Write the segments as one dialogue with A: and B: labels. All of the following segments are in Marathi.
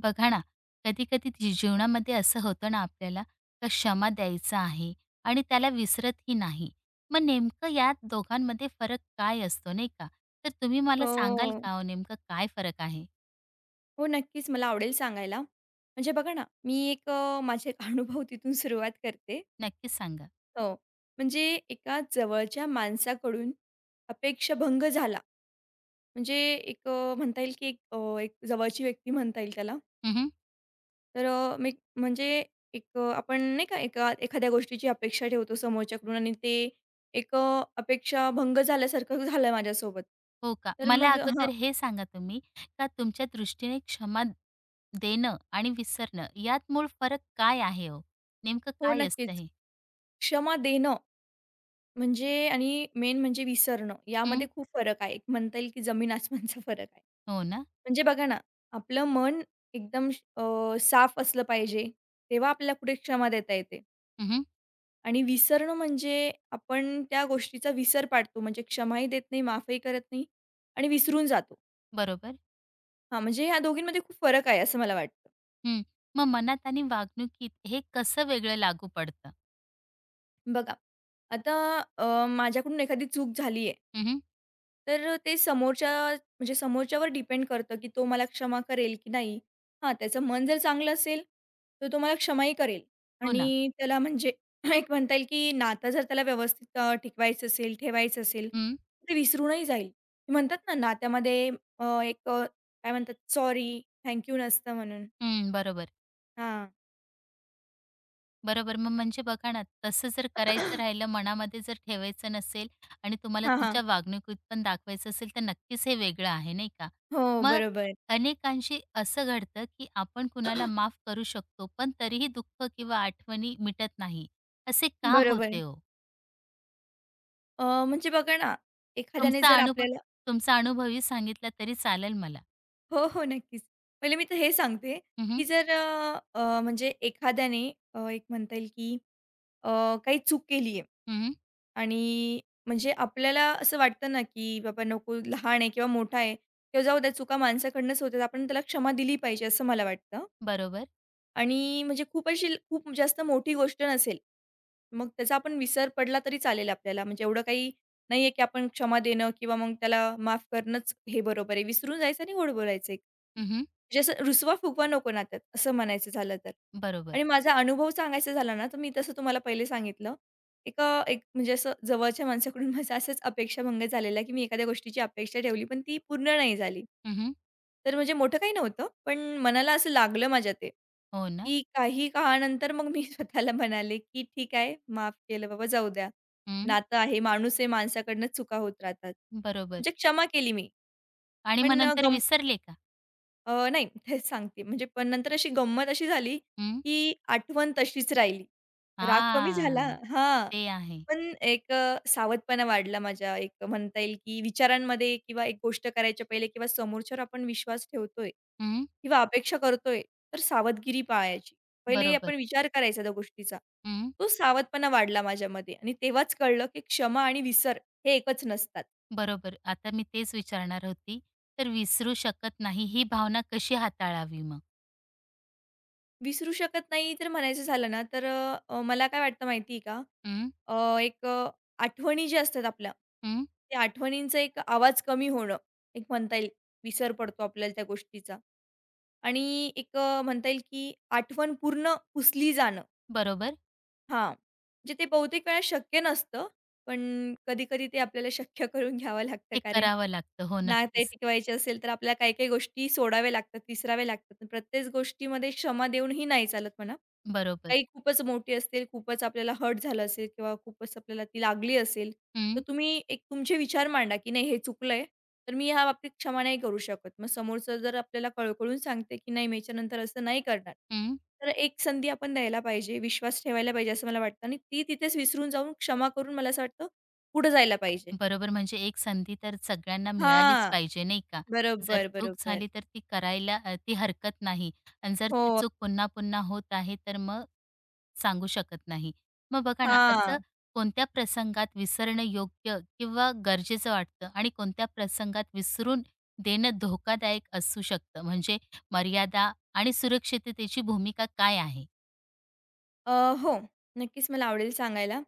A: बघा ना, कधी-कधी जी जीवनामध्ये असं होतं ना आपल्याला का क्षमा द्यायचा आहे आणि त्याला विसरतही नाही. मग नेमकं या दोघांमध्ये फरक काय असतो नाही का? तर तुम्ही मला सांगाल
B: हो.
A: का हो नेमकं काय फरक आहे?
B: हो, नक्कीच मला आवडेल सांगायला. म्हणजे बघा ना, मी एक माझे एक अनुभव तिथून सुरुवात करते.
A: नक्कीच सांगा.
B: हो. म्हणजे एका जवळच्या माणसाकडून अपेक्षाभंग झाला. म्हणजे एक म्हणता येईल की एक एक जवळची व्यक्ती म्हणता येईल त्याला.
A: हं,
B: तर मी म्हणजे एक आपण नाही का एका एखाद्या गोष्टीची अपेक्षा ठेवतो समोरच्याकडून आणि ते एक अपेक्षाभंग झाल्यासारखं झालं माझ्यासोबत.
A: हो का?
B: तर
A: मला
B: मग हां.
A: अगोदर हे सांगा तुम्ही का तुमच्या दृष्टीने क्षमा देणं आणि विसरणं यात मूळ फरक काय आहे हो? नेमकं
B: हो,
A: काय असतं
B: नक्कीच.
A: हे?
B: क्षमा देणं म्हणजे आणि मेन म्हणजे विसरणं,
A: हं.
B: यामध्ये खूप फरक आहे. एक म्हणता येईल की जमीन आसमानचा फरक आहे.
A: हो ना.
B: म्हणजे बघा ना, आपलं मन एकदम अ, साफ असलं पाहिजे, तेव्हा आपल्याला कुठे क्षमा देता येते
A: हं,
B: आणि विसरणं म्हणजे आपण त्या गोष्टीचा विसर पाडतो. म्हणजे क्षमाही देत नाही, माफही करत नाही आणि विसरून जातो.
A: बरोबर.
B: हां, म्हणजे ह्या दोघींमध्ये खूप फरक आहे असं मला वाटतं.
A: हं. मग मनात आणि वागणुकीत हे कसं वेगळं लागू पडतं?
B: बघा, आता माझ्याकडून एखादी चूक झाली आहे.
A: हं, हं.
B: तर ते समोरच्या म्हणजे समोरच्यावर डिपेंड करतं, की तो मला क्षमा करेल की नाही. हां, त्याचं मन जर चांगलं असेल, तर तो मला क्षमाही करेल
A: हो ना.
B: आणि त्याला म्हणजे एक म्हणता येईल, की नातं जर त्याला व्यवस्थित टिकवायचं असेल, ठेवायचं असेल,
A: हं,
B: ते विसरूनही जाईल. ते म्हणतात ना, नात्यामध्ये एक काय म्हणतात, सॉरी, थँक नसतं म्हणून.
A: हं. बरोबर,
B: हां.
A: बरोबर. मग म्हणजे बघा ना, तसं जर करायचं राहिलं, मनामध्ये जर ठेवायचं नसेल आणि तुम्हाला
B: हां, हां.
A: तुमच्या वागणुकीत पण दाखवायचं असेल, तर नक्कीच हे वेगळं आहे, नाही का?
B: हो,
A: मग
B: बरोबर.
A: अनेकांशी असं घडतं, की आपण कुणाला माफ करू शकतो, पण तरीही दुःख किंवा आठवणी मिटत नाही. असे का
B: बरोबर.
A: होते हो?
B: म्हणजे बघा ना, एखाद्याने
A: तुमचा
B: जर
A: अनुभव
B: आपल्याला
A: तुमचा अनुभवही सांगितला तरी चालेल मला.
B: हो, हो, नक्कीच. पहिले मी तर हे सांगते,
A: हं,
B: की
A: हं.
B: जर अ, अ, म्हणजे एखाद्याने एक म्हणता येईल, की अ, काही चूक केली आहे आणि म्हणजे आपल्याला असं वाटतं ना, की बाबा नको लहान आहे किंवा मोठा आहे किंवा जाऊ द्या चुका माणसाकडूनच होतात. आपण त्याला क्षमा दिली पाहिजे असं मला वाटतं.
A: बरोबर.
B: आणि म्हणजे खूप अशी खूप जास्त मोठी गोष्ट नसेल. मग त्याचा आपण विसर पडला तरी चालेल आपल्याला. म्हणजे एवढं काही नाहीये, की आपण क्षमा देणं किंवा मग त्याला माफ करणंच हे बरोबर आहे. विसरून जायचं आणि गोड बोलायचं म्हणजे असं रुसवा-फुगवा नको नात्यात, असं म्हणायचं झालं तर.
A: बरोबर.
B: आणि माझा अनुभव सांगायचा झाला ना, तर मी तसं तुम्हाला पहिले सांगितलं. एक एक म्हणजे असं जवळच्या माणसाकडून माझा असाच अपेक्षाभंग झालेला, की मी एखाद्या गोष्टीची अपेक्षा ठेवली, पण ती पूर्ण नाही झाली.
A: हं,
B: तर म्हणजे मोठं काही नव्हतं, पण मनाला असं लागलं माझ्या ते,
A: हो ना.
B: की काही काळानंतर मग मी स्वतःला म्हणाले, की "ठीक आहे, माफ केलं बाबा, जाऊ द्या.
A: हं.
B: नातं आहे, माणूस आहे, माणसाकडनं चुका होत राहतात."
A: बरोबर.
B: म्हणजे क्षमा केली मी,
A: आणि मग
B: पण अ,
A: नंतर विसरले का?
B: अ, नाही तेच सांगते. म्हणजे पण नंतर अशी गंमत अशी झाली,
A: हं.
B: की आठवण तशीच राहिली. राग कमी झाला
A: हां.
B: हां,
A: ते आहे.
B: पण एक सावधपणा वाढला माझ्या एक म्हणता येईल, की विचारांमध्ये किंवा एक गोष्ट करायच्या पहिले किंवा समोरच्यावर आपण विश्वास ठेवतोय
A: हं.
B: किंवा अपेक्षा करतोय, तर सावधगिरी पाळायची. पहिले
A: बरोबर.
B: आपण विचार करायचा त्या गोष्टीचा.
A: हं.
B: तो सावधपणा वाढला माझ्यामध्ये आणि तेव्हाच कळलं, की क्षमा आणि विसर हे एकच नसतात.
A: बरोबर. आता मी तेच विचारणार होती. तर विसरू शकत नाही ही भावना कशी हाताळावी मग?
B: विसरू शकत नाही तर म्हणायचं झालं ना तर मला काय वाटतं माहिती आहे का?
A: हं,
B: एक आठवणी ज्या असतात आपल्या,
A: हं.
B: त्या आठवणींचा एक आवाज कमी होणं, एक म्हणता येईल विसर पडतो आपल्याला त्या गोष्टीचा आणि एक म्हणता येईल की आठवण पूर्ण पुसली जाणं.
A: बरोबर.
B: हां. म्हणजे ते बहुतेक वेळा शक्य नसतं. पण कधी-कधी ते आपल्याला शक्य करून घ्यावं लागतं.
A: ते
B: कारण
A: करावं लागतं. हो,
B: नाते
A: नक्कीच.
B: टिकवायचे असेल, तर आपल्याला काही-काही गोष्टी सोडाव्या लागतात, विसराव्या लागतात. प्रत्येक गोष्टीमध्ये क्षमा देऊनही नाही चालत म्हणा.
A: बरोबर.
B: काही खूपच मोठी असतील, खूपच आपल्याला हर्ट झालं असेल किंवा खूपच आपल्याला ती लागली असेल, तर
A: हं,
B: तुम्ही एक तुमचे विचार मांडा, की नाही हे चुकलंय. तर मी ह्या बाबतीत क्षमा नाही करू शकत. मग समोरचं जर आपल्याला कळकळून सांगते, की "नाही, मी याच्यानंतर असं नाही करणार."
A: हं.
B: तर एक संधी आपण द्यायला पाहिजे, विश्वास ठेवायला पाहिजे असं मला वाटतं आणि ती तिथेच विसरून जाऊन क्षमा करून मला असं वाटतं पुढे जायला पाहिजे.
A: बरोबर, म्हणजे एक संधी तर सगळ्यांना मिळालीच
B: हां.
A: पाहिजे, नाही का? जर
B: बरोबर,
A: चूक
B: बरोबर.
A: झाली तर ती करायला ती हरकत नाही आणि जर ती
B: हो.
A: चूक पुन्हा-पुन्हा होत आहे, तर मग सांगू शकत नाही. मग बघा ना, असं
B: हां.
A: कोणत्या प्रसंगात विसरणं योग्य किंवा गरजेचं वाटतं आणि कोणत्या प्रसंगात विसरून देणं धोकादायक असू शकतं? म्हणजे मर्यादा आणि सुरक्षिततेची भूमिका काय आहे?
B: अ, हो, नक्कीच मला आवडेल सांगायला.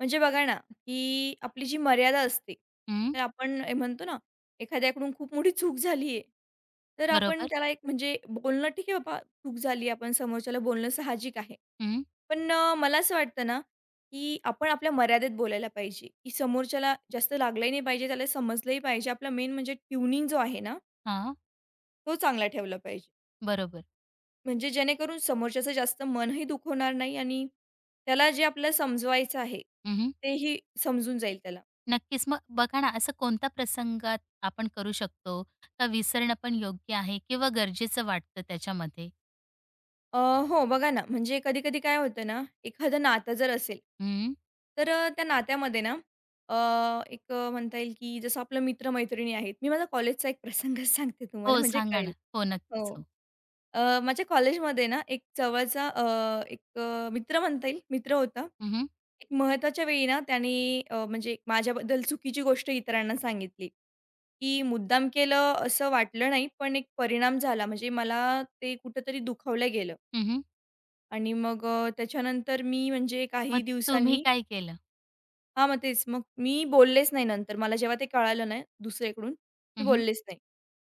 B: म्हणजे बघा ना, की आपली जी मर्यादा असते,
A: हं,
B: तर आपण हे म्हणतो ना, एखाद्याकडून खूप मोठी चूक झाली आहे, तर आपण
A: बरोबर.
B: त्याला एक म्हणजे बोलणं ठीक आहे बाबा, चूक झाली आपण समोरच्याला बोलणं साहजिक आहे.
A: हं,
B: पण मला असं वाटतं ना, की आपण आपल्या मर्यादेत बोलायला पाहिजे, की समोरच्याला जास्त लागलंही नाही पाहिजे, त्याला समजलंही पाहिजे. आपला मेन म्हणजे ट्यूनिंग जो आहे ना,
A: हां,
B: तो चांगला ठेवला पाहिजे.
A: बरोबर.
B: म्हणजे जेणेकरून समोरच्याचं जास्त मनही दुखवणार नाही आणि त्याला जे आपल्याला समजवायचं आहे, तेही समजून जाईल त्याला.
A: नक्कीच. मग बघा ना, असं कोणत्या प्रसंगात आपण करू शकतो? का विसरणं पण योग्य आहे किंवा गरजेचं वाटतं त्याच्यामध्ये?
B: अ, हो, बघा ना, म्हणजे कधी-कधी काय होतं ना, एखादं नातं जर असेल,
A: हं.
B: तर त्या नात्यामध्ये ना अ, एक म्हणता येईल की जसं आपलं मित्र-मैत्रिणी आहेत. मी माझा कॉलेजचा एक प्रसंग सांगते तुम्हाला
A: हो,
B: म्हणजे
A: सांगा
B: कळेल.
A: ना. हो, नक्कीच.
B: हो.
A: हो.
B: माझ्या कॉलेजमध्ये ना एक जवळचा एक मित्र म्हणता येईल, मित्र होता.
A: हं, हं.
B: एक महत्त्वाच्या वेळी ना त्याने म्हणजे माझ्याबद्दल चुकीची गोष्ट इतरांना सांगितली, की मुद्दाम केलं असं वाटलं नाही, पण एक परिणाम झाला. म्हणजे मला ते कुठेतरी दुखावलं गेलं
A: हं, हं.
B: आणि मग त्याच्यानंतर मी म्हणजे
A: मग
B: काही
A: तुम्ही
B: दिवसांनी
A: काय केलं?
B: हां, मग तेच. मग मी बोललेच नाही नंतर. मला जेव्हा ते कळालं ना दुसरीकडून, मी
A: हं,
B: बोललेच नाही.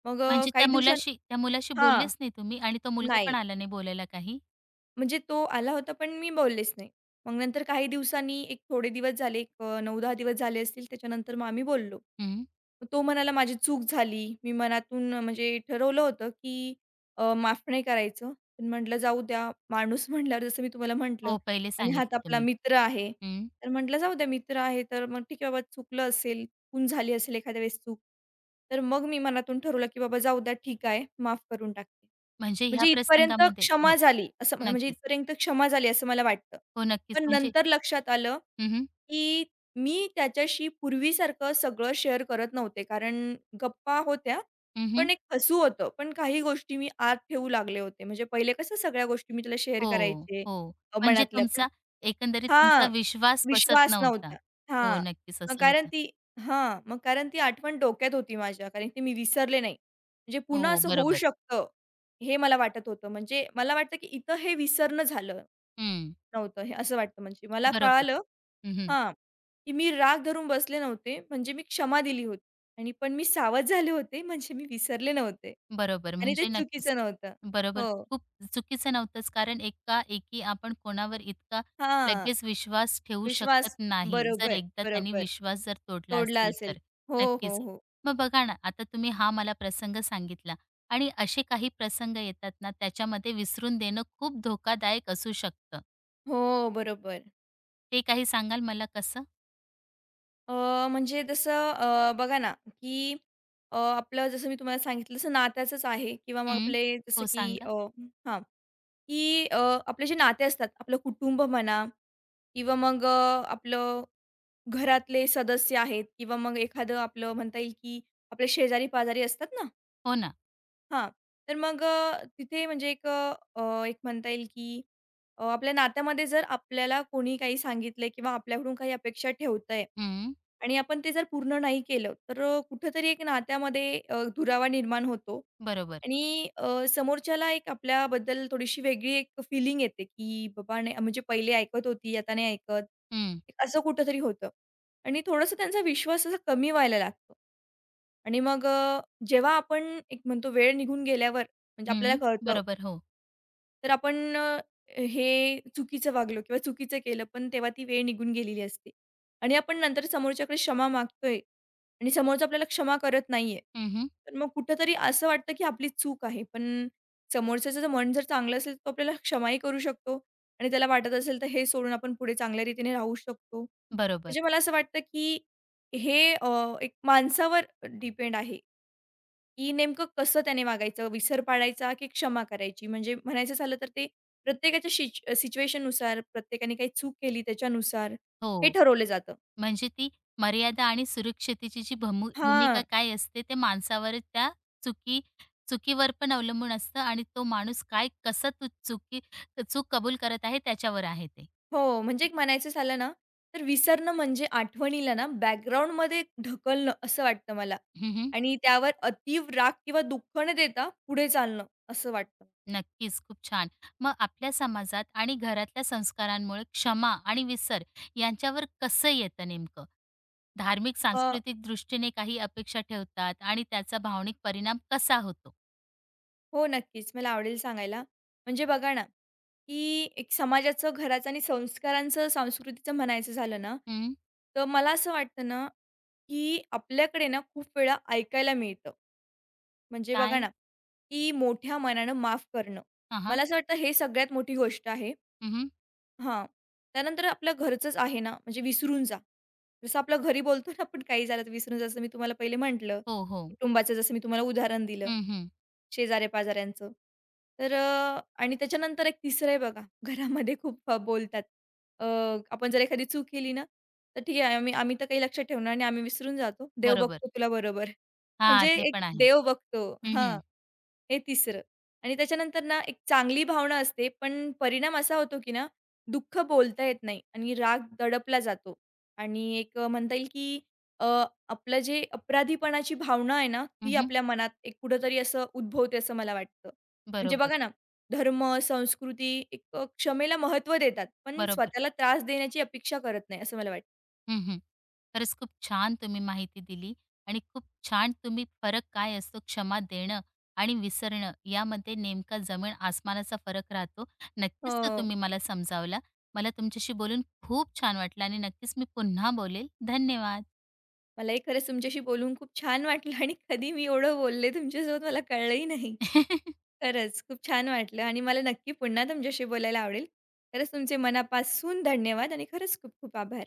B: मग
A: म्हणजे
B: काही
A: त्या मुलाशी
B: दिवसांनी
A: त्या मुलाशी
B: हां.
A: बोललेच नाही तुम्ही आणि तो मुलगा
B: नाही.
A: पण आला नाही बोलायला काही?
B: म्हणजे तो आला होता, पण मी बोललेच नाही. मग नंतर काही दिवसांनी एक थोडे दिवस झाले, एक 9-10 दिवस झाले असतील. त्याच्यानंतर मग आम्ही बोललो.
A: हं.
B: मग तो म्हणाला, "माझी चूक झाली. मी मनातून म्हणजे ठरवलं होतं, की माफ नाही करायचं. पण म्हटलं जाऊ द्या, माणूस म्हटल्यावर जसं मी तुम्हाला म्हटलं
A: हो, पहिले
B: आणि हाच
A: सांगितलं
B: आपला
A: तुम्ही.
B: मित्र आहे.
A: हं.
B: तर म्हटलं जाऊ द्या, मित्र आहे तर मग ठीक आहे बाबा, चुकलं असेल, चूक झाली असेल एखाद्या वेळेस चूक." तर मग मी मनातून ठरवलं, की बाबा जाऊ द्या, ठीक आहे, माफ करून टाकते.
A: म्हणजे ह्या
B: म्हणजे इथपर्यंत
A: प्रसंगामध्ये
B: क्षमा
A: हो,
B: झाली, असं म्हणजे
A: नक्कीच.
B: इथपर्यंत क्षमा झाली असं मला वाटतं.
A: हो, नक्कीच.
B: पण
A: म्हणजे
B: नंतर लक्षात आलं,
A: हं, हं.
B: की मी त्याच्याशी पूर्वीसारखं सगळं शेअर करत नव्हते. कारण गप्पा होत्या, पण एक हसू होतं. पण काही गोष्टी मी आत ठेवू लागले होते. म्हणजे पहिले कसं सगळ्या गोष्टी मी त्याला शेअर
A: हो,
B: करायचे
A: हो. म्हणजे
B: मनातल्या. पण
A: तुमचा एकंदरीत तुमचा
B: हां,
A: विश्वास बसत
B: विश्वास
A: नव्हता.
B: नव्हता.
A: हो,
B: हां,
A: नक्कीच
B: मग
A: असं
B: कारण
A: होतं.
B: ती हां, मग कारण ती आठवण डोक्यात होती माझ्या, कारण की मी विसरले नाही. म्हणजे
A: हो,
B: पुन्हा
A: हो,
B: असं होऊ
A: बरोबर.
B: शकतं, हे मला वाटत होतं. म्हणजे मला वाटतं, की इथं हे विसरणं झालं
A: हं,
B: नव्हतं, हे असं वाटतं. म्हणजे मला
A: बरोबर.
B: कळालं
A: हं, हं.
B: हां, की मी राग धरून बसले नव्हते, म्हणजे मी क्षमा दिली होती आणि पण मी सावध झाले होते, म्हणजे मी विसरले नव्हते
A: बरोबर.
B: आणि ते
A: म्हणजे नक्कीच.
B: चुकीचं नव्हतं.
A: बरोबर.
B: हो.
A: खूप चुकीचं नव्हतंच, कारण एकाएकी आपण कोणावर इतका
B: हां,
A: लगेच विश्वास ठेवू
B: विश्वास
A: शकत नाही, जर
B: बरोबर,
A: एकदा त्यांनी
B: बरोबर.
A: विश्वास जर तोडला
B: तोडला
A: असेल
B: असेल.
A: तर.
B: हो, हो,
A: नक्कीच.
B: हो.
A: मग बघा ना, आता तुम्ही हा मला प्रसंग सांगितला आणि असे काही प्रसंग येतात ना, त्याच्यामध्ये विसरून देणं खूप धोकादायक असू शकतं.
B: हो, बरोबर.
A: ते काही सांगाल मला कसं?
B: अ, म्हणजे तसं बघा ना, की आपलं जसं मी तुम्हाला सांगितलं तसं नात्याचंच आहे किंवा मग
A: हं.
B: आपले जसं
A: हो
B: की
A: सांगा.
B: हां, की आपले जे नाते असतात, आपलं कुटुंब म्हणा किंवा मग आपलं घरातले सदस्य आहेत किंवा मग एखादं आपलं म्हणता येईल, की आपले शेजारी-पाजारी असतात ना,
A: हो ना.
B: हां. तर मग तिथे म्हणजे एक अ, अ, एक म्हणता येईल की आपल्या नात्यामध्ये जर आपल्याला कोणी काही सांगितलंय किंवा आपल्याकडून काही अपेक्षा ठेवतंय
A: हं.
B: आणि आपण ते जर पूर्ण नाही केलं, तर कुठेतरी एक नात्यामध्ये दुरावा निर्माण होतो
A: बरोबर.
B: आणि समोरच्याला एक आपल्याबद्दल थोडीशी वेगळी एक फिलिंग येते, की बाबा नाही म्हणजे पहिले ऐकत होती, आता नाही ऐकत.
A: हं.
B: एक असं कुठेतरी होतं आणि थोडासा त्यांचा विश्वास असा कमी व्हायला लागतो. आणि मग जेव्हा आपण एक म्हणतो वेळ निघून गेल्यावर म्हणजे आपल्याला
A: हं.
B: कळतं
A: बरोबर. हो.
B: तर आपण हे चुकीचं वागलो किंवा चुकीचं केलं, पण तेव्हा ती वेळ निघून गेलेली असते. आणि आपण नंतर समोरच्याकडे क्षमा मागतोय आणि समोरचा आपल्याला क्षमा करत नाहीये.
A: हं, हं.
B: तर मग कुठेतरी असं वाटतं, की आपली चूक आहे. पण समोरच्याचं जर मन जर चांगलं असेल, तर तो आपल्याला क्षमाही करू शकतो आणि त्याला वाटत असेल, तर हे सोडून आपण पुढे चांगल्या रीतीने राहू शकतो.
A: बरोबर.
B: म्हणजे मला असं वाटतं, की हे एक माणसावर डिपेंड आहे. की नेमकं कसं त्याने वागायचं, विसर पाडायचा की क्षमा करायची? म्हणजे म्हणायचं झालं तर ते प्रत्येकाच्या सिच्युएशननुसार, प्रत्येकाने काही चूक केली त्याच्यानुसार हे
A: हो.
B: ठरवलं जातं.
A: म्हणजे ती मर्यादा आणि सुरक्षिततेची जी भूमिका
B: हां.
A: काय असते ते माणसावर, त्या चुकी चुकीवर पण अवलंबून असतं आणि तो माणूस काय कसं तू चूक कबूल करत आहे त्याच्यावर आहे ते.
B: हो, म्हणजे एक म्हणायचं झालं ना, तर विसरणं म्हणजे आठवणीला ना बॅकग्राऊंडमध्ये ढकलणं असं वाटतं मला
A: हं, हं.
B: आणि त्यावर अतीव राग किंवा दुःख न देता पुढे चालणं असं वाटतं.
A: नक्कीच, खूप छान. मग आपल्या समाजात आणि घरातल्या संस्कारांमुळे क्षमा आणि विसर यांच्यावर कसं येतं नेमकं? धार्मिक, सांस्कृतिक दृष्टीने काही अपेक्षा ठेवतात आणि त्याचा भावनिक परिणाम कसा होतो?
B: हो, नक्कीच. मला आवडेल सांगायला. म्हणजे बघा ना, की एक समाजाचं, घराचं आणि संस्कारांचं, संस्कृतीचं म्हणायचं झालं ना,
A: हं,
B: तर मला असं वाटतं ना, की आपल्याकडे ना खूप वेळा ऐकायला मिळतं. म्हणजे बघा ना,
A: काय?
B: की मोठ्या मनानं माफ करणं.
A: हां,
B: मला असं वाटतं हे सगळ्यात मोठी गोष्ट आहे. हां. त्यानंतर आपल्या घरचंच आहे ना, म्हणजे विसरून जा. जसं आपलं घरी बोलतो ना आपण काही झालं तर विसरून जा, जसं मी तुम्हाला पहिले म्हटलं.
A: हो, हो.
B: कुटुंबाचं जसं मी तुम्हाला उदाहरण दिलं.
A: हं, हं.
B: शेजाऱ्या-पाजाऱ्यांचं. तर आणि त्याच्यानंतर एक तिसरं आहे बघा, घरामध्ये खूप बोलतात. अ, आपण जर एखादी चूक केली ना, तर ठीक आहे आम्ही आम्ही तर काही लक्षात ठेवणार नाही, आम्ही विसरून जातो. देव
A: बरोबर.
B: बघतो तुला बरोबर.
A: हां,
B: म्हणजे
A: ते
B: एक
A: पण आहे.
B: देव बघतो. हां.
A: हं.
B: हे तिसरं आणि त्याच्यानंतर ना एक चांगली भावना असते, पण परिणाम असा होतो की ना दुःख बोलता येत नाही आणि राग दडपला जातो आणि एक म्हणता येईल की अ, आपलं जे अपराधीपणाची भावना आहे ना,
A: हं,
B: ती
A: हं.
B: आपल्या मनात एक कुठेतरी असं उद्भवते असं मला वाटतं. म्हणजे
A: बरोबर,
B: बघा ना, धर्म, संस्कृती एक क्षमेला महत्त्व देतात, पण
A: बरोबर.
B: स्वतःला त्रास देण्याची अपेक्षा करत नाही असं मला वाटतं.
A: हं, हं. खरंच खूप छान तुम्ही माहिती दिली आणि खूप छान तुम्ही फरक काय असतो क्षमा देणं आणि विसरणं यामध्ये नेमका जमीन आसमानाचा फरक राहतो. नक्कीच
B: हो.
A: तो तुम्ही मला समजावला. मला तुमच्याशी बोलून खूप छान वाटलं आणि नक्कीच मी पुन्हा बोलेल. धन्यवाद.
B: मलाही खरंच तुमच्याशी बोलून खूप छान वाटलं आणि कधी मी एवढं बोलले तुमच्यासोबत मला कळलंही नाही. खरंच खूप छान वाटलं आणि मला नक्की पुन्हा तुमच्याशी बोलायला आवडेल. खरंच तुमचे मनापासून धन्यवाद आणि खरंच खूप खूप आभार.